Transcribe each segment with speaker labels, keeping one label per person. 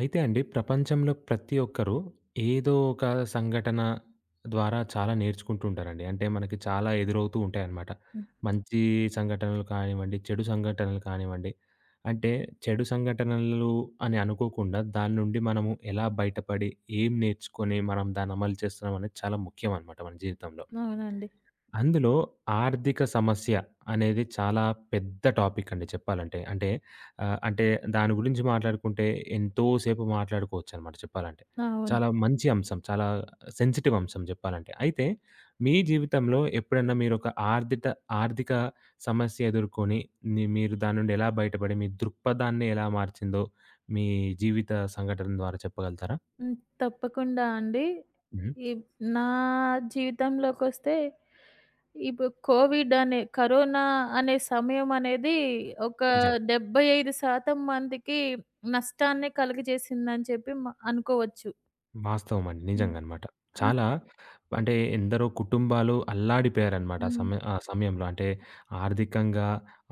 Speaker 1: అయితే అండి ప్రపంచంలో ప్రతి ఒక్కరు ఏదో ఒక సంఘటన ద్వారా చాలా నేర్చుకుంటూ ఉంటారండి. అంటే మనకి చాలా ఎదురవుతూ ఉంటాయన్నమాట.
Speaker 2: హ్మ్.
Speaker 1: మంచి సంఘటనలు కానివ్వండి, చెడు సంఘటనలు కానివ్వండి. అంటే చెడు సంఘటనలు అని అనుకోకుండా దాని నుండి మనము ఎలా బయటపడి, ఏం నేర్చుకొని మనం దాన్ని అమలు చేస్తున్నాం అనేది చాలా ముఖ్యం అన్నమాట మన జీవితంలో.
Speaker 2: అవునండి.
Speaker 1: అందులో ఆర్థిక సమస్య అనేది చాలా పెద్ద టాపిక్ అండి చెప్పాలంటే. అంటే అంటే దాని గురించి మాట్లాడుకుంటే ఎంతో సేపు మాట్లాడుకోవచ్చనమాట చెప్పాలంటే.
Speaker 2: అవును.
Speaker 1: చాలా మంచి అంశం. చాలా సెన్సిటివ్ అంశం చెప్పాలంటే. అయితే మీ జీవితంలో ఎప్పుడన్నా మీరొక ఆర్థిత ఆర్థిక ఆర్థిక సమస్య ఎదుర్కొని ని మీరు దాని నుండి ఎలా బయటపడి మీ దృక్పథాన్ని ఎలా మార్చిందో మీ జీవిత సంఘటన ద్వారా చెప్పగలుగుతారా?
Speaker 2: హ్మ్. తప్పకుండా అండి.
Speaker 1: హ్మ్.
Speaker 2: ఈ నా జీవితంలోకొస్తే ఇప్పుడు కోవిడ్ అనే కరోనా అనే సమయం అనేది ఒక
Speaker 1: నిజంగా.
Speaker 2: 75% మందికి నష్టాన్ని కలుగజేసిందని చెప్పి అనుకోవచ్చు.
Speaker 1: వాస్తవం అండి.
Speaker 2: హ్మ్.
Speaker 1: నిజంగనమాట.
Speaker 2: ఆ!
Speaker 1: చాలా హ్మ్. అంటే ఎందరో కుటుంబాలు అల్లాడిపోయారనమాట ఆ
Speaker 2: హ్మ్.
Speaker 1: సమయ ఆ సమయంలో. అంటే ఆర్థికంగా,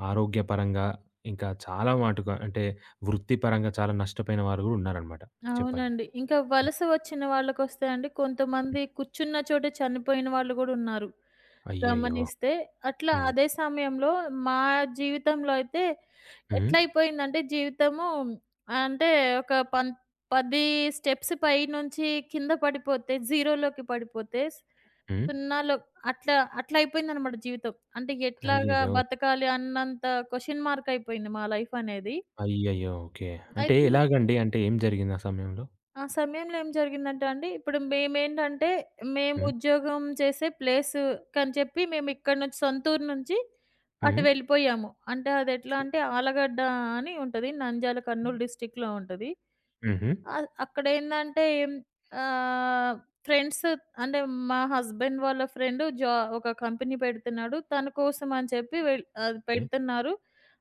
Speaker 1: ఆరోగ్యపరంగా ఇంకా చాలా మటుకు అంటే వృత్తిపరంగా చాలా నష్టపోయిన వారు గూడా ఉన్నారనమాట. చెప్పండి.
Speaker 2: అవునండి. ఇంకా
Speaker 1: హ్మ్.
Speaker 2: వలస వచ్చిన వాళ్ళకొస్తే అండి,
Speaker 1: హ్మ్.
Speaker 2: కొంతమంది కూర్చున్న చోటే చనిపోయిన వాళ్ళు గూడా ఉన్నారు.
Speaker 1: అయ్యయ్యో!
Speaker 2: గమనిస్తే అట్లా
Speaker 1: హ్మ్.
Speaker 2: అదే సమయంలో మా జీవితంలో అయితే
Speaker 1: హ్మ్.
Speaker 2: ఎట్లయిపోయిందంటే జీవితము అంటే ఒక పం 10 స్టెప్స్ పైనుంచి కింద పడిపోతే, జీరోలోకి పడిపోతే,
Speaker 1: హ్మ్.
Speaker 2: సున్నాలో అట్లా అట్లా అయిపోయిందనమాట జీవితం. అంటే ఎట్లాగా
Speaker 1: అయ్యయ్యో!
Speaker 2: బతకాలి అన్నంత క్వెషన్ మార్క్ అయిపోయింది మా లైఫ్ అనేది.
Speaker 1: అయ్యయ్యో! ఓకే. అంటే
Speaker 2: అయితే
Speaker 1: ఎలాగండి? అంటే ఏం జరిగింది ఆ సమయంలో?
Speaker 2: ఆ సమయంలో ఏం జరిగిందంటే అండి, ఇప్పుడు మేమేంటంటే, మేము
Speaker 1: హ్మ్.
Speaker 2: ఉద్యోగం చేసే ప్లేసు కని చెప్పి మేము ఇక్కడి నుంచి, సొంత ఊరు నుంచి
Speaker 1: హ్మ్.
Speaker 2: అటు వెళ్ళిపోయాము. అంటే అదెట్లా అంటే ఆలగడ్డ అని ఉంటది. నంద్యాల, కర్నూలు డిస్ట్రిక్ట్‌లో ఉంటది.
Speaker 1: హుహు.
Speaker 2: అక్కడేందంటే ఆహ్, ఫ్రెండ్స్ అంటే మా హస్బెండ్ వాళ్ళ ఫ్రెండ్ ఒక కంపెనీ పెడుతున్నాడు. తన కోసం అని చెప్పి అది
Speaker 1: ఓకే.
Speaker 2: పెడుతున్నారు.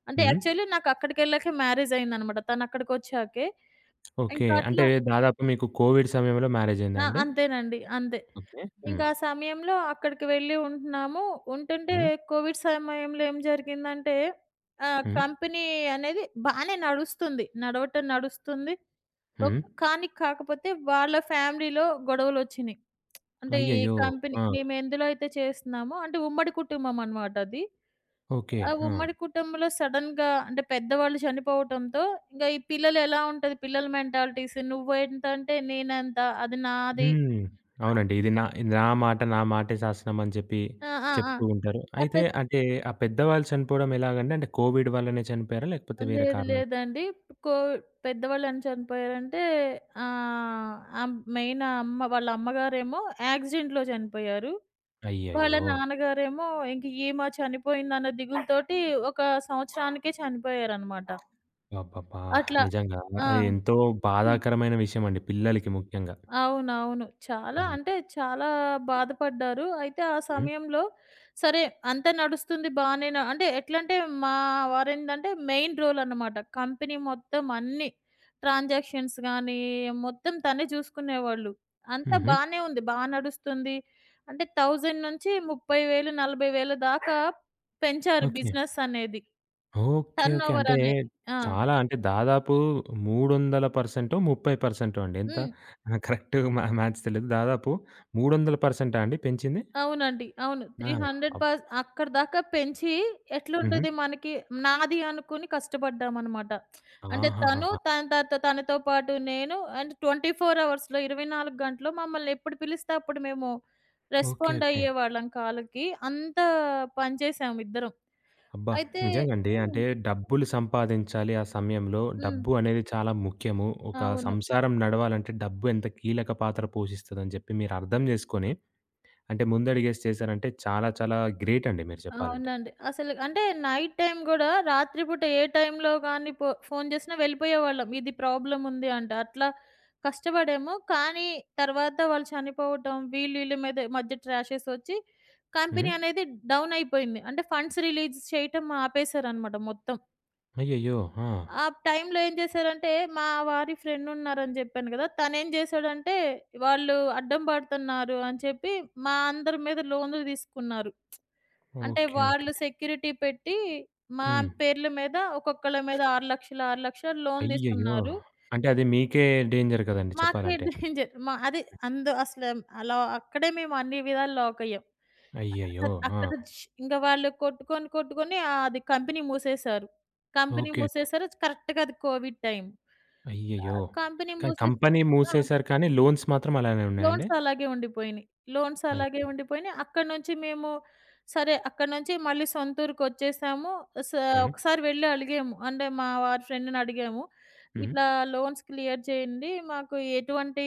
Speaker 2: అంటే
Speaker 1: హ్మ్.
Speaker 2: యాక్చువల్లీ నాకు అక్కడికెళ్ళాకే మ్యారేజ్ అయిందనమాట. తనక్కడికొచ్చాకే.
Speaker 1: ఓకే.
Speaker 2: ఇంకా
Speaker 1: అంటే
Speaker 2: అట్లా.
Speaker 1: దాదాపు మీకు కోవిడ్ సమయంలో మ్యారేజయిందా
Speaker 2: ఆ!
Speaker 1: అండి?
Speaker 2: అంతేనండి. అంతే.
Speaker 1: ఓకే. హ్మ్.
Speaker 2: ఇంకా ఆ సమయంలో అక్కడికి వెళ్ళి ఉంటున్నాము. ఉంటుంటే
Speaker 1: హ్మ్.
Speaker 2: కోవిడ్ సమయంలో ఏం జరిగిందంటే,
Speaker 1: హ్మ్.
Speaker 2: కంపెనీ అనేది బానే నడుస్తుంది. నడవటం నడుస్తుంది. ఒక్
Speaker 1: హ్మ్.
Speaker 2: కానీ కాకపోతే వాళ్ళ ఫ్యామిలీలో గొడవలొచ్చినియి. అంటే ఈ
Speaker 1: అయ్యయ్యో!
Speaker 2: కంపెనీ
Speaker 1: ఆ!
Speaker 2: మేము ఎందులో అయితే చేస్తున్నామో అంటే ఉమ్మడి కుటుంబం అనమాట అది.
Speaker 1: ఓకే.
Speaker 2: ఆ
Speaker 1: ఆ!
Speaker 2: ఉమ్మడి కుటుంబంలో సడెన్‌గా అంటే పెద్దవాళ్ళు చనిపోవటంతో ఇంక ఈ పిల్లలు ఎలా ఉంటది, పిల్లల మెంటాలిటీస్ నువ్వెంతంటే నేనంత, అది నాది.
Speaker 1: హ్మ్. అవునండి. ఇది నా నా మాట నా మాటే శాసనం అని చెప్పి
Speaker 2: ఆ! ఆ! ఆ!
Speaker 1: చెప్తూ ఉంటారు.
Speaker 2: అట్లా.
Speaker 1: అయితే అంటే ఆ పెద్దవాళ్ళు చనిపోవడం ఎలాగండి? అంటే కోవిడ్ వల్లనే చనిపోయారా? లేకపోతే వేరే
Speaker 2: లేదు
Speaker 1: కారణాలు
Speaker 2: లేదండి. కోవి పెద్దవాళ్ళు ఎలా చనిపోయారంటే, ఆహ్, ఆహ్, మెయిన్ అమ్మ వాళ్ళ అమ్మగారేమో యాక్సిడెంట్‌లో చనిపోయారు. వాళ్ళ
Speaker 1: అయ్యయ్యో!
Speaker 2: నాన్నగారేమో ఇంక ఈమె చనిపోయిందన్న దిగులుతోటి ఒక సంవత్సరానికే చనిపోయారనమాట.
Speaker 1: అబ్బబ్బా!
Speaker 2: అట్లా.
Speaker 1: నిజంగా
Speaker 2: ఆ!
Speaker 1: అది ఎంతో బాధాకరమైన విషయమండి పిల్లలకి ముఖ్యంగా.
Speaker 2: అవునవును. చాలా
Speaker 1: హుహు.
Speaker 2: అంటే చాలా బాధపడ్డారు. అయితే ఆ సమయంలో సరే, అంతా నడుస్తుంది బానే. న అంటే ఎట్లంటే మా వారేందంటే మెయిన్ రోల్ అన్నమాట. కంపెనీ మొత్తం అన్ని ట్రాన్సాక్షన్స్ గానీ, మొత్తం తనే చూసుకునేవాళ్ళు. అంతా
Speaker 1: హుహు.
Speaker 2: బానే ఉంది. బా నడుస్తుంది. అంటే 1000 నుంచి 30,000, 40,000 దాకా పెంచారు
Speaker 1: ఓకే.
Speaker 2: బిజినెస్ అనేది.
Speaker 1: ఓకే. ఓకే.
Speaker 2: టర్నోవర్
Speaker 1: అంటే
Speaker 2: అనేది. ఆ!
Speaker 1: చాలా అంటే దాదాపు 300%, 30% అండి. ఎంత
Speaker 2: హ్మ్.
Speaker 1: కరెక్ట్ మా మ్యాథ్స్ తెలీదు. దాదాపు 300% అండి పెంచింది?
Speaker 2: అవునండి. అవును.
Speaker 1: ఆ!
Speaker 2: 300
Speaker 1: అబ్
Speaker 2: పర్స్ అక్కడి దాకా పెంచి
Speaker 1: హుహు.
Speaker 2: ఎట్లుంటది మనకి నాది అనుకుని కష్టపడ్డామనమాట. అంటే తను,
Speaker 1: ఆహాహాహా!
Speaker 2: తన తర్వాత తనతో పాటు నేను అండ్ 24 అవర్స్‌లో, 24 గంటలు మమ్మల్ని ఎప్పుడు పిలిస్తే అప్పుడు మేము
Speaker 1: ఓకే.
Speaker 2: Respond
Speaker 1: okay.
Speaker 2: అయ్యేవాళ్ళం కాల్‌కి. అంత పనిచేసాము ఇద్దరం.
Speaker 1: అబ్బా!
Speaker 2: అయితే.
Speaker 1: నిజంగండి.
Speaker 2: హ్మ్.
Speaker 1: అంటే డబ్బులు సంపాదించాలి ఆ సమయంలో.
Speaker 2: హ్మ్.
Speaker 1: డబ్బు అనేది చాలా ముఖ్యము. ఒక
Speaker 2: అవును.
Speaker 1: సంసారం నడవాలంటే డబ్బు ఎంత కీలక పాత్ర పోషిస్తదని చెప్పి మీరు అర్థం చేసుకొని, అంటే ముందడుగేసి చేశారంటే చాలా చాలా గ్రేట్ అండి మీరు చెప్పాలంటే.
Speaker 2: అవునండి. అసలు అంటే నైట్ టైమ్ గూడా, రాత్రిపూట ఏ టైంలో గాని ఫోను చేసినా వెళ్ళిపోయేవాళ్ళం. ఇది ప్రాబ్లమ్ ఉంది అంటే. అట్లా కష్టపడాము. కానీ తర్వాత వాళ్ళు చనిపోవటం, వీళ్ళ మీద మధ్య ట్రాషెస్ ఒచ్చి
Speaker 1: హ్మ్.
Speaker 2: కంపెనీ అనేది డౌన్ అయిపోయింది. అంటే ఫండ్స్ రిలీజ్ చేయటం ఆపేసారనమాట మొత్తం.
Speaker 1: అయ్యయ్యో! ఆ!
Speaker 2: ఆ టైంలో ఏం చేశారంటే మా వారి ఫ్రెండ్ ఉన్నారని చెప్పాను గదా! తనేం చేశాడంటే వాళ్ళు అడ్డం పడుతున్నారు అని చెప్పి మా అందరి మీద లోన్‌లు తీసుకున్నారు. అంటే
Speaker 1: ఓకే. ఓకే.
Speaker 2: వాళ్ళు సెక్యూరిటీ పెట్టి, మా
Speaker 1: హ్మ్.
Speaker 2: పేర్ల మీద ఒక్కొక్కళ్ళ మీద 6,00,000, 6,00,000 లోన్
Speaker 1: అయ్యయ్యో!
Speaker 2: తీసుకున్నారు.
Speaker 1: అంటే అది మీకే డేంజర్ కదండీ
Speaker 2: మాకే
Speaker 1: చెప్పాలంటే.
Speaker 2: డేంజర్. మా అది, అసలు అలా అక్కడే మేము అన్ని విధాలు లాకయ్యాం.
Speaker 1: అయ్యయ్యో!
Speaker 2: అసలు అక్కడ
Speaker 1: ఆ!
Speaker 2: ఇంక వాళ్ళు కొట్టుకొని, కొట్టుకొని అది కంపెనీ మూసేశారు. Company
Speaker 1: okay. ఓకే.
Speaker 2: మూసేశారు. కరెక్ట్‌గా అది కోవిడ్ టైమ్.
Speaker 1: అయ్యయ్యో!
Speaker 2: కంపెనీ
Speaker 1: కానీ
Speaker 2: మూసేసి.
Speaker 1: కంపెనీ
Speaker 2: ఆ!
Speaker 1: మూసేశారు కానీ లోన్స్ మాత్రం అలానే ఉన్నాయండి?
Speaker 2: లోన్స్ అలాగే ఉండిపోయినియి. లోన్స్ అలాగే
Speaker 1: అయ్యో!
Speaker 2: ఉండిపోయినియి. అక్కడి నుంచి మేము, సరే, అక్కడి నుంచి మళ్ళీ సొంతూరుకొచ్చేసాము. స
Speaker 1: హ్మ్.
Speaker 2: ఒకసారి వెళ్లి అలిగాము. అంటే మా వారి ఫ్రెండ్‌ని అడిగాము.
Speaker 1: హ్మ్.
Speaker 2: ఇట్లా లోన్స్ క్లియర్ చేయండి. మాకు ఎటువంటి,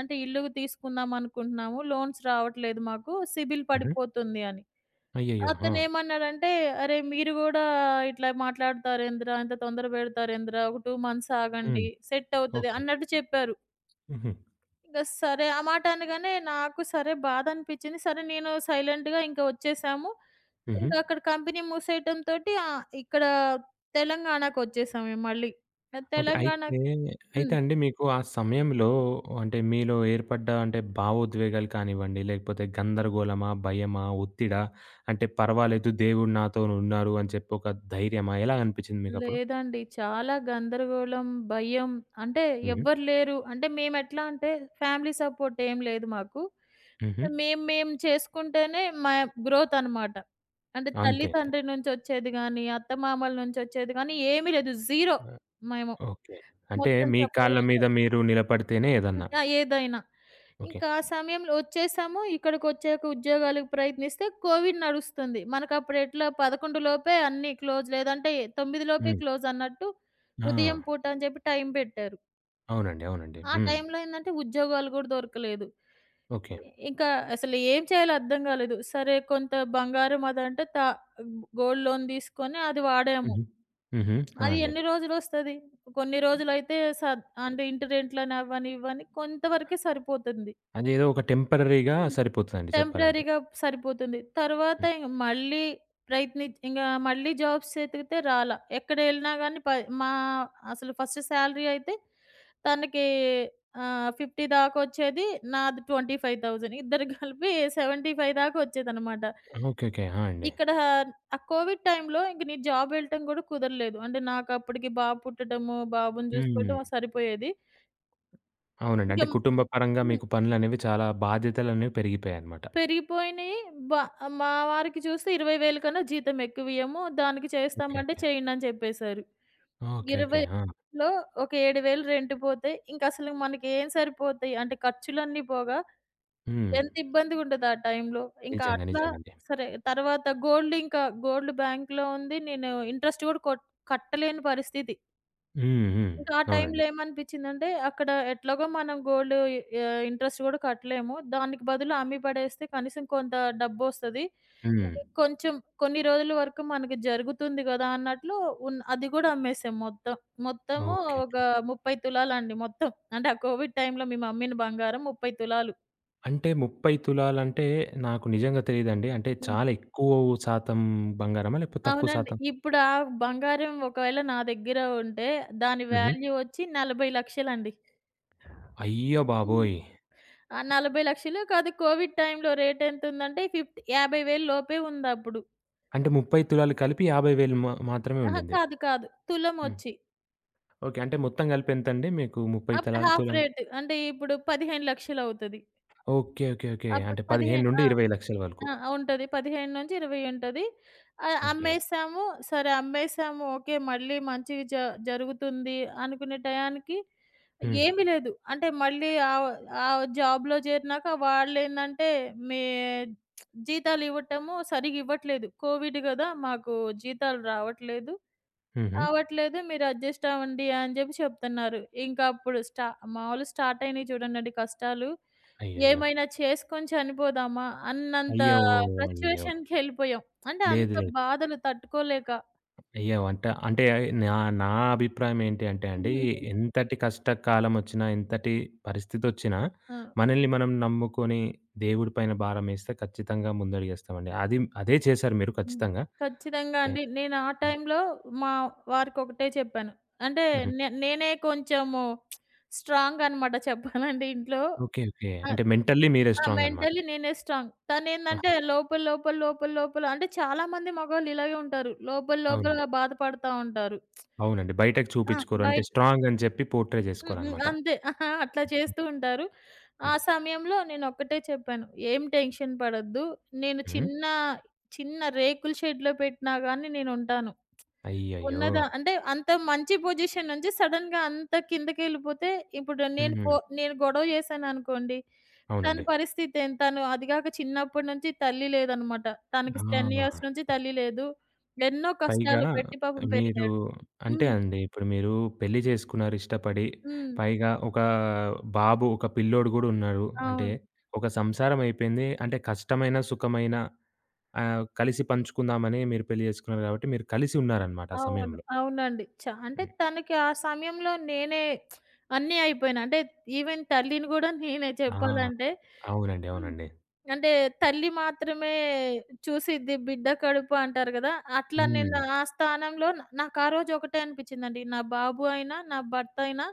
Speaker 2: అంటే ఇల్లు తీసుకుందాం అనుకుంటున్నాము. లోన్స్ రావట్లేదు మాకు. సిబిల్
Speaker 1: హుహు.
Speaker 2: పడిపోతుంది అని.
Speaker 1: అయ్యయ్యో! ఆ!
Speaker 2: అతనేమన్నాడంటే, "అరే! మీరు గూడా ఇట్లా మాట్లాడతారేందిరా? ఇంత తొందర పెడతారేందిరా? ఒక 2 మంత్స్
Speaker 1: హ్మ్.
Speaker 2: ఆగండి. సెట్ అవుతది"
Speaker 1: ఓకే.
Speaker 2: అన్నట్టు చెప్పారు.
Speaker 1: హుహు.
Speaker 2: ఇంక సరే. ఆ మాట అనగానే నాకు సరే బాధనిపిచ్చింది. సరే నేను సైలెంట్‌గా ఇంక వచ్చేసాము.
Speaker 1: హుహు.
Speaker 2: ఇంక అక్కడ కంపెనీ మూసేయటంతోటి, ఇక్కడ తెలంగాణకొచ్చేసాం మేము మళ్ళీ.
Speaker 1: ఓకే.
Speaker 2: తెలంగాణ.
Speaker 1: అయితే, అయితే
Speaker 2: హ్మ్.
Speaker 1: అండి మీకు ఆ సమయంలో అంటే మీలో ఏర్పడ్డ అంటే భావోద్వేగాలు కానివ్వండి, లేకపోతే గందరగోళమా, భయమా, ఒత్తిడా, అంటే పర్వాలేదు దేవుడు నాతోనున్నారు అని చెప్పి ఒక ధైర్యమా ఎలా అనిపించింది మీకప్పుడు?
Speaker 2: లేదండి. చాలా గందరగోళం, భయం. అంటే
Speaker 1: హ్మ్.
Speaker 2: ఎవ్వరు లేరు. అంటే మేమెట్లా అంటే ఫ్యామిలీ సపోర్ట్ ఏం లేదు మాకు.
Speaker 1: హుహు.
Speaker 2: మేము మేము చేసుకుంటేనే మా గ్రోత్ అనమాట. అంటే తల్లి,
Speaker 1: అంతే. అంతే.
Speaker 2: తండ్రి నుంచొచ్చేది గానీ, అత్తమామల నుంచొచ్చేది గానీ ఏమీ లేదు. జీరో
Speaker 1: ఆ!
Speaker 2: మేము.
Speaker 1: ఓకే. అంటే
Speaker 2: మొత్తం
Speaker 1: మీ కాళ్ళ
Speaker 2: చెప్పాలంటే.
Speaker 1: మీద మీరు నిలబడితేనే ఏదన్నా.
Speaker 2: ఇంకా ఏదైనా.
Speaker 1: ఓకే.
Speaker 2: ఇంకా ఆ సమయంలో ఒచ్చేసాము. ఇక్కడికొచ్చాక ఉద్యోగాలకు ప్రయత్నిస్తే కోవిడ్ నడుస్తుంది. మనకప్పుడు ఎట్లా 11 లోపే అన్నీ క్లోజ్, లేదంటే 9 లోపే
Speaker 1: హ్మ్.
Speaker 2: క్లోజ్ అన్నట్టు
Speaker 1: ఆ!
Speaker 2: ఉదయం పూట అని చెప్పి టైం పెట్టారు.
Speaker 1: అవునండి. అవునండి.
Speaker 2: ఆ
Speaker 1: హ్మ్.
Speaker 2: టైంలో ఏందంటే ఉద్యోగాలు గూడా దొరకలేదు.
Speaker 1: ఓకే.
Speaker 2: ఇంకా అసలు ఏం చేయాలో అర్థం గాలేదు. సరే కొంత బంగారం అదంటే గోల్డ్ లోన్ తీసుకొని అది వాడాము.
Speaker 1: హుహు. హుహు. ఆ!
Speaker 2: అది
Speaker 1: అండి.
Speaker 2: ఎన్ని రోజులొస్తది? కొన్ని రోజులైతే అంటే ఇంటి రెంట్‌లని అవ్వని, ఇవ్వని కొంతవరకే సరిపోతుంది.
Speaker 1: అదేదో ఒక టెంపరరీగా
Speaker 2: హ్మ్.
Speaker 1: సరిపోతదండి చెప్పాలంటే.
Speaker 2: టెంపరరీగా సరిపోతుంది. తర్వాత
Speaker 1: హ్మ్.
Speaker 2: ఇంగ మళ్ళీ ఇంగా మళ్ళీ జాబ్స్ ఎతికితే రాలా. ఎక్కడెళ్ళినా గానీ ప మా అసలు ఫస్ట్ శాలరీ అయితే తనకి 50 దాకొచ్చేది. నాది 25,000, ఇద్దరు కలిపి 75 దాకొచ్చేదనమాట.
Speaker 1: ఓకే. ఓకే. ఆ! అండి.
Speaker 2: ఇక్కడ ఆ కోవిడ్ టైంలో ఇంక నేను జాబ్ వెళ్ళటం గూడా కుదరలేదు. అంటే నాకప్పటికి బాబు పుట్టడము, బాబుని
Speaker 1: హ్మ్.
Speaker 2: చూసుకోవటం సరిపోయేది.
Speaker 1: అవునండి.
Speaker 2: ఇంక.
Speaker 1: అంటే కుటుంబ పరంగా
Speaker 2: హ్మ్.
Speaker 1: మీకు పనులనేవి చాలా బాధ్యతలనేవి పెరిగిపోయాయన్నమాట.
Speaker 2: పెరిగిపోయినయి. బ మా వారికి చూస్తే 20,000 కన్నా జీతం ఎక్కువియ్యము, దానికి
Speaker 1: ఓకే.
Speaker 2: చేస్తామంటే చేయండని చెప్పేశారు.
Speaker 1: ఓకే. ఓకే. ఆ!
Speaker 2: 20లో ఒక 7,000 రెంట్ పోతే ఇంకసలు మనకేం సరిపోతాయి? అంటే ఖర్చులన్నీ పోగా
Speaker 1: హ్మ్.
Speaker 2: ఎంత ఇబ్బందిగుంటది ఆ టైంలో. ఇంకా
Speaker 1: నిజంగా.
Speaker 2: అట్లా.
Speaker 1: నిజంగండి.
Speaker 2: సరే తర్వాత గోల్డ్, ఇంకా గోల్డ్ బ్యాంక్‌లో ఉంది. నేను ఇంట్రెస్ట్ గూడా కట్టలేని పరిస్థితి.
Speaker 1: హ్మ్. హ్మ్.
Speaker 2: ఇంకా ఆ
Speaker 1: అవునండి.
Speaker 2: టైంలో ఏమనిపించిందంటే, అక్కడ ఎట్లాగో మనం గోల్డ్, ఇంట్రెస్ట్ గూడా కట్టలేము, దానికి బదులు అమ్మి పడేస్తే కనీసం కొంత డబ్బొస్తది,
Speaker 1: హ్మ్.
Speaker 2: కొంచెం కొన్ని రోజుల వరకు మనకి జరుగుతుంది గదా! అన్నట్లు అది గూడా అమ్మేసాం మొత్తం. మొత్తము
Speaker 1: ఓకే.
Speaker 2: ఒక 30 తులాలండి మొత్తం. అంటే ఆ కోవిడ్ టైంలో మేము అమ్మిన బంగారం 30 తులాలు.
Speaker 1: అంటే 30 తులాలంటే నాకు నిజంగా తెలీదండి. అంటే
Speaker 2: హ్మ్.
Speaker 1: చాలా ఎక్కువ శాతం బంగారమా? లేకపోతే తక్కువ
Speaker 2: అవునండి.
Speaker 1: శాతం?
Speaker 2: ఇప్పుడు ఆ బంగారం ఒకవేళ నా దగ్గర ఉంటే దాని
Speaker 1: హుహు.
Speaker 2: వాల్యూ వచ్చి 40,00,000 అండి.
Speaker 1: అయ్య బాబోయ్!
Speaker 2: ఆ! 40,00,000 కాదు, కోవిడ్ టైంలో రేటెంతుందంటే ఫిఫ్టీ 50,000 లోపే ఉందప్పుడు.
Speaker 1: అంటే 30 తులాలు కలిపి 50,000 మా మాత్రమే
Speaker 2: అహా!
Speaker 1: ఉండింది.
Speaker 2: కాదు కాదు. తులం
Speaker 1: హ్మ్.
Speaker 2: ఒచ్చి
Speaker 1: ఓకే. అంటే మొత్తం కలిపి ఎంతండి మీకు 30
Speaker 2: అప్పుడు
Speaker 1: తలాలు
Speaker 2: హాఫ్
Speaker 1: తులాలంటే?
Speaker 2: రేట్. అంటే ఇప్పుడు 15,00,000 అవుతది.
Speaker 1: ఓకే. ఓకే. ఓకే.
Speaker 2: అప్పుడు
Speaker 1: అంటే
Speaker 2: పదిహే, ఆ!
Speaker 1: 15-20,00,000 వరకు.
Speaker 2: ఆ! ఉంటది. 15-20 ఉంటది.
Speaker 1: ఓకే.
Speaker 2: అమ్మేసాము. సరే అమ్మేసాము. ఓకే. మళ్ళీ మంచిగా జరుగుతుంది అనుకునే టయానికి
Speaker 1: హ్మ్.
Speaker 2: ఏమీ లేదు. అంటే మళ్ళీ ఆ జాబ్‌లో చేరినాక వాళ్ళేందంటే మీ జీతాలు ఇవ్వటము సరిగ్గా ఇవ్వట్లేదు. కోవిడ్ గదా! మాకు జీతాలు రావట్లేదు,
Speaker 1: హుహు.
Speaker 2: అవ్వట్లేదు. మీరు అడ్జస్ట్ అవ్వండి అని జెప్పి చెప్తున్నారు. ఇంకా అప్పుడు మాములు స్టార్ట్ అయినయి చూడండండి కష్టాలు.
Speaker 1: అయ్యయ్యో!
Speaker 2: ఏమైనా చేసుకొని చనిపోదామా అన్నంత
Speaker 1: అయ్యో! అయ్యో!
Speaker 2: ఫ్రస్ట్రేషన్‌కెళ్ళిపోయాం. అంటే
Speaker 1: లేదు
Speaker 2: అంత
Speaker 1: లేదు.
Speaker 2: బాధలు తట్టుకోలేక.
Speaker 1: అయ్యో! అంటే, అంటే నా నా అభిప్రాయం ఏంటి అంటే అండి, ఎంతటి కష్టకాలమొచ్చినా, ఎంతటి పరిస్థితొచ్చినా,
Speaker 2: ఆ!
Speaker 1: మనల్ని మనం నమ్ముకొని దేవుడి పైన భారమేస్తే ఖచ్చితంగా ముందడుగేస్తామండి. అది అదే చేశారు మీరు
Speaker 2: హ్మ్.
Speaker 1: ఖచ్చితంగా.
Speaker 2: ఖచ్చితంగా
Speaker 1: అంటే
Speaker 2: అండి. నేను ఆ
Speaker 1: హ్మ్.
Speaker 2: టైంలో మా వారికొకటే చెప్పాను. అంటే
Speaker 1: హుహు.
Speaker 2: నేనే కొంచెము స్ట్రాంగ్ అనమాట చెప్పాలంటే ఇంట్లో.
Speaker 1: ఓకే. ఓకే.
Speaker 2: ఆ!
Speaker 1: అంటే మెంటల్లీ మీరే
Speaker 2: ఆ!
Speaker 1: స్ట్రాంగనమాట.
Speaker 2: మెంటల్లీ నేనే స్ట్రాంగ్.
Speaker 1: ఆహా!
Speaker 2: తనేందంటే లోపల, లోపల, లోపల, లోపల, అంటే చాలామంది మగవాళ్ళు ఇలాగే ఉంటారు. లోపల,
Speaker 1: అవునండి.
Speaker 2: లోపలగా బాధపడతా ఉంటారు.
Speaker 1: అవునండి. బయటకి
Speaker 2: ఆ!
Speaker 1: చూపిచ్చుకోరు. అంటే
Speaker 2: బయట.
Speaker 1: స్ట్రాంగ్ అని చెప్పి పోర్ట్రే
Speaker 2: హ్మ్. హ్మ్.
Speaker 1: జేసుకోరనమాట.
Speaker 2: అంతే. అహా! అట్లా చేస్తూ ఉంటారు. ఆ
Speaker 1: హ్మ్.
Speaker 2: సమయంలో నేనొక్కటే చెప్పాను, "ఏం టెన్షన్ పడొద్దు. నేను
Speaker 1: హ్మ్.
Speaker 2: చిన్న చిన్న రేకుల షెడ్‌లో పెట్టినా గాని నేనుంటాను.
Speaker 1: అయ్యయ్యో!
Speaker 2: ఉన్నదా అంటే అంత మంచి పొజిషన్ నుంచి సడెన్‌గా అంత కిందకెళ్ళిపోతే, ఇప్పుడు నేను
Speaker 1: హ్మ్.
Speaker 2: నేను గొడవ చేశాననుకోండి, తన
Speaker 1: అవునండి.
Speaker 2: పరిస్థితి ఏంటి? తను అది గాక చిన్నప్పటి నుంచి తల్లి లేదనమాట. తనకి 10 ఇయర్స్
Speaker 1: ఆ!
Speaker 2: నుంచి తల్లి లేదు. ఎన్నో
Speaker 1: పైగా
Speaker 2: కష్టాలు పెట్టి పాపం
Speaker 1: మీరు
Speaker 2: పెరిగాడు.
Speaker 1: అంటే
Speaker 2: హ్మ్.
Speaker 1: అండి, ఇప్పుడు మీరు పెళ్లి చేసుకున్నారు ఇష్టపడి.
Speaker 2: హ్మ్.
Speaker 1: పైగా ఒక బాబు, ఒక పిల్లోడు గూడా ఉన్నాడు. అంటే
Speaker 2: అవును.
Speaker 1: ఒక సంసారం అయిపోయింది. అంటే కష్టమైన, సుఖమైన కలిసి పంచుకుందామని మీరు పెళ్లి చేసుకున్నారు గాబట్టి, మీరు కలిసి ఉన్నారనమాట ఆ
Speaker 2: అవును.
Speaker 1: సమయంలో.
Speaker 2: అవునండి. అంటే
Speaker 1: హ్మ్.
Speaker 2: తనకి ఆ సమయంలో నేనే అన్నీ అయిపోయినా. అంటే ఈవెన్ తల్లిని గూడా నేనే
Speaker 1: ఆ!
Speaker 2: చెప్పాలంటే.
Speaker 1: అవునండి.
Speaker 2: హ్మ్.
Speaker 1: అవునండి.
Speaker 2: అంటే తల్లి మాత్రమే చూసిద్ది బిడ్డ కడుపు అంటారు గదా! అట్లా నేను
Speaker 1: హ్మ్.
Speaker 2: ఆ స్థానంలో నాకు ఆ రోజు ఒకటే అనిపిచ్చిందండి. నా బాబు అయినా, నా భర్త అయినా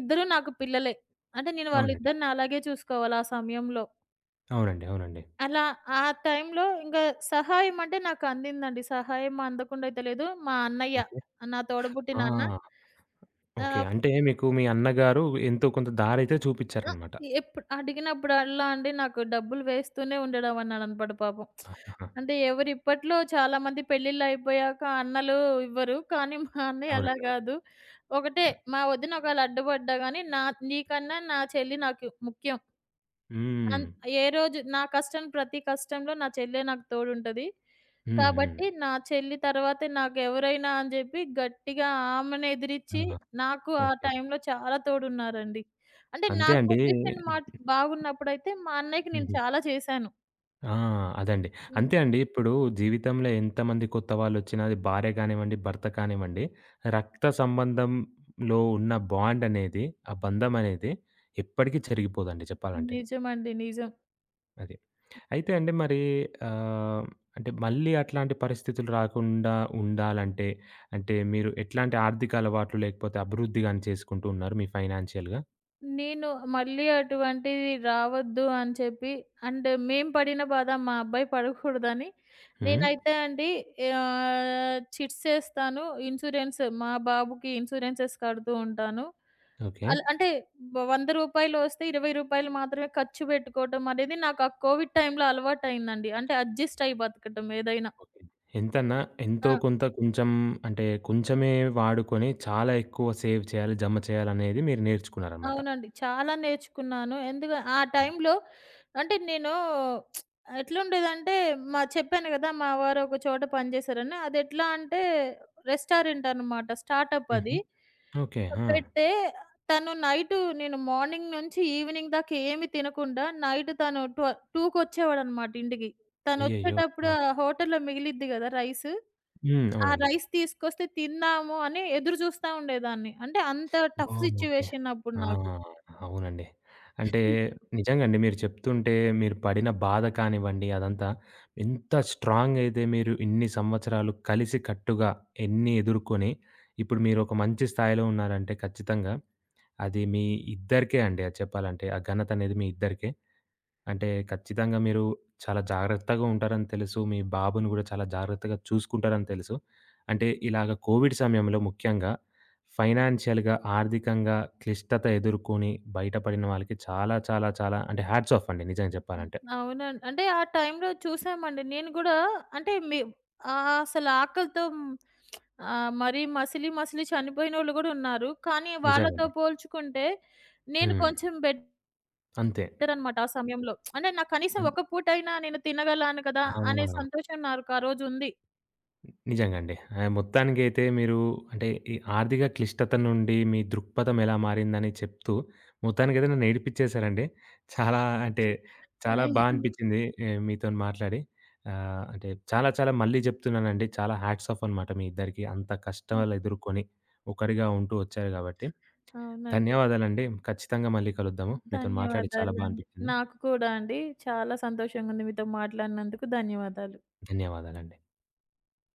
Speaker 2: ఇద్దరు నాకు పిల్లలే. అంటే నేను
Speaker 1: అవునండి.
Speaker 2: వాళ్ళిద్దరిని అలాగే చూసుకోవాలి ఆ సమయంలో.
Speaker 1: అవునండి. అవునండి.
Speaker 2: అలా ఆ టైంలో ఇంక సహాయం అంటే నాకు అందిందండి. సహాయం అందకుండా అయితే లేదు. మా అన్నయ్య,
Speaker 1: ఓకే.
Speaker 2: నా తోడబుట్టిన అన్న.
Speaker 1: ఆ! ఓకే.
Speaker 2: ఆహ్,
Speaker 1: అంటే మీకు మీ అన్నగారు ఎంతో కొంత దారైతే
Speaker 2: ఆ!
Speaker 1: చూపిచ్చారనమాట.
Speaker 2: ఎప్పుడు అడిగినప్పుడల్లా అండి నాకు డబ్బులు వేస్తూనే ఉండడం అన్నాడనమాట పాపం.
Speaker 1: ఆహాహా!
Speaker 2: అంటే ఎవరు ఇప్పట్లో చాలామంది పెళ్ళిళ్ళయిపోయాక అన్నలు ఇవ్వరు. కానీ మా అన్నయ్య అలా
Speaker 1: అవునండి. అవును.
Speaker 2: గాదు. ఒకటే, మా వదిన ఒకవేళ అడ్డుపడ్డా గాని నీకన్నా నా చెల్లి నాకు ముఖ్యం.
Speaker 1: హ్మ్.
Speaker 2: అన్ ఏ రోజు, నా కష్టం, ప్రతి కష్టంలో నా చెల్లె నాకు తోడుంటది.
Speaker 1: హ్మ్. హ్మ్.
Speaker 2: కాబట్టి నా చెల్లి తర్వాతే నాకెవరైనా అని జెప్పి గట్టిగా ఆమెని ఎదిరిచ్చి
Speaker 1: ఆ!
Speaker 2: నాకు ఆ
Speaker 1: ఓకే.
Speaker 2: టైంలో చాలా తోడున్నారండి. అంటే నా
Speaker 1: అంతే అండి.
Speaker 2: పొజిషన్ మాట్ బాగున్నప్పుడైతే మా అన్నయ్యకి నేను
Speaker 1: హుహు.
Speaker 2: చాలా చేశాను.
Speaker 1: ఆ! అదండి.
Speaker 2: హ్మ్.
Speaker 1: అంతే అండి. ఇప్పుడు జీవితంలో ఎంతమంది కొత్త వాళ్ళొచ్చినా అది భార్య కానివ్వండి, భర్త కానివ్వండి, రక్త సంబంధంలో ఉన్న బాండ్ అనేది, ఆ బంధం అనేది ఎప్పటికీ చెరిగిపోదండి చెప్పాలంటే.
Speaker 2: నిజమండి. నిజం.
Speaker 1: అది. అయితే అండి మరి ఆహ్, అంటే మళ్ళీ అట్లాంటి పరిస్థితులు రాకుండా ఉండాలంటే, అంటే మీరు ఎట్లాంటి ఆర్థిక అలవాట్లు లేకపోతే అభివృద్ధి గాని చేసుకుంటూ ఉన్నారు మీ ఫైనాన్షియల్‌గా?
Speaker 2: నేను మళ్ళీ అటువంటిది రావద్దు అని చెప్పి అండ్ మేము పడిన బాధ మా అబ్బాయి పడకూడదని
Speaker 1: హ్మ్.
Speaker 2: నేనైతే అండి చిట్స్ ఏస్తాను. ఇన్స్యూరెన్స్, మా బాబుకి ఇన్స్యూరెన్సెస్ కడుతూ ఉంటాను.
Speaker 1: ఓకే.
Speaker 2: అలా అంటే రూ. 100 వస్తే రూ. 20 మాత్రమే ఖర్చు పెట్టుకోవటం అనేది నాకు ఆ కోవిడ్ టైమ్‌లో అలవాటయిందండి. అంటే అడ్జస్ట్ అయ్యి బతకటం ఏదైనా.
Speaker 1: ఓకే. ఎంతన్నా ఎంతో కొంత కొంచెం అంటే కొంచెమే వాడుకొని చాలా ఎక్కువ సేవ్ చేయాలి, జమ చేయాలనేది మీరు నేర్చుకున్నారనమాట.
Speaker 2: అవునండి. చాలా నేర్చుకున్నాను. ఆ టైంలో అంటే నేను ఎట్లుండేదంటే, మా చెప్పాను గదా! మా వారు ఒక చోట పనిజేశారని. అదెట్లా అంటే రెస్టారెంట్ అనమాట. స్టార్టప్
Speaker 1: హుహు.
Speaker 2: అది.
Speaker 1: ఓకే. ఆ!
Speaker 2: పెడితే తను నైటు, నేను మార్నింగ్ నుంచి ఈవినింగ్ దాకా ఏమి తినకుండా, నైట్ తను 2 కొచ్చేవాడనమాట ఇంటికి.
Speaker 1: అయ్యయ్యో!
Speaker 2: తనొచ్చేటప్పుడు
Speaker 1: ఆ!
Speaker 2: ఆ హోటల్‌లో మిగిలిద్ది గదా! రైసు.
Speaker 1: హ్మ్.
Speaker 2: ఆ
Speaker 1: అవునండి.
Speaker 2: రైస్ తీసుకొస్తే తిందాము అని ఎదురు చూస్తా ఉండేదాన్ని. అంటే అంత టఫ్
Speaker 1: ఓహ్! ఓకే.
Speaker 2: సిట్యుయేషన్ అప్పుడు
Speaker 1: ఆ!
Speaker 2: నాకు.
Speaker 1: అవునండి. అంటే నిజంగండి మీరు చెప్తుంటే మీరు పడిన బాధ కానివ్వండి అదంతా ఎంత స్ట్రాంగ్ అయితే మీరు ఇన్ని సంవత్సరాలు కలిసి కట్టుగా ఎన్ని ఎదుర్కొని ఇప్పుడు మీరు ఒక మంచి స్థాయిలో ఉన్నారంటే ఖచ్చితంగా అది మీ ఇద్దరికే అండి అది చెప్పాలంటే. ఆ ఘనతనేది మీ ఇద్దరికే. అంటే ఖచ్చితంగా మీరు చాలా జాగ్రత్తగా ఉంటారని తెలుసు. మీ బాబుని గూడా చాలా జాగ్రత్తగా చూసుకుంటారని తెలుసు. అంటే ఇలాగ కోవిడ్ సమయంలో ముఖ్యంగా ఫైనాన్షియల్‌గా, ఆర్థికంగా క్లిష్టత ఎదుర్కొని బయటపడిన వాళ్ళకి చాలా చాలా చాలా అంటే హ్యాట్స్ ఆఫ్ అండి నిజంగా
Speaker 2: హ్మ్.
Speaker 1: చెప్పాలంటే.
Speaker 2: అవునండి. అంటే ఆ టైంలో చూసామండి. నేను గూడా అంటే అసలు ఆకలితో హ్మ్, మరీ మసిలి మసిలి చనిపోయినోళ్ళు గూడా ఉన్నారు. కానీ వాళ్ళతో
Speaker 1: నిజంగండి.
Speaker 2: పోల్చుకుంటే నేను
Speaker 1: హ్మ్.
Speaker 2: కొంచెం
Speaker 1: అంతే.
Speaker 2: బెటరనమాట ఆ సమయంలో. అంటే నాకు కనీసం
Speaker 1: అన్
Speaker 2: ఒక పూటైనా నేను తినగలను కదా!
Speaker 1: ఆ!
Speaker 2: అనే సంతోషం నాకు ఆ రోజుంది.
Speaker 1: నిజంగా అండి. మొత్తానికైతే మీరు అంటే ఈ ఆర్థిక క్లిష్టత నుండి మీ దృక్పథం ఎలా మారిందని చెప్తూ, మొత్తానికైతే నన్ను ఏడిపిచ్చేసారండి. చాలా అంటే చాలా బా
Speaker 2: అయ్యో!
Speaker 1: అనిపిచ్చింది మీతోని మాట్లాడి. అంటే చాలా చాలా మళ్ళీ చెప్తున్నానండి. చాలా హ్యాట్స్ ఆఫ్ అనమాట మీ ఇద్దరికీ. అంత కష్టాలు ఎదుర్కొని ఒకరిగా ఉంటూ వచ్చారు కాబట్టి.
Speaker 2: అవునండి.
Speaker 1: ధన్యవాదాలండి. ఖచ్చితంగా మళ్ళీ కలుద్దాము. మీతోని మాట్లాడి చాలా బా
Speaker 2: ధన్యవాదాలండి.
Speaker 1: అనిపిచ్చింది.
Speaker 2: నాకు కూడా అండి. చాలా సంతోషంగుంది మీతో మాట్లాడినందుకు ధన్యవాదాలు.
Speaker 1: ధన్యవాదాలండి.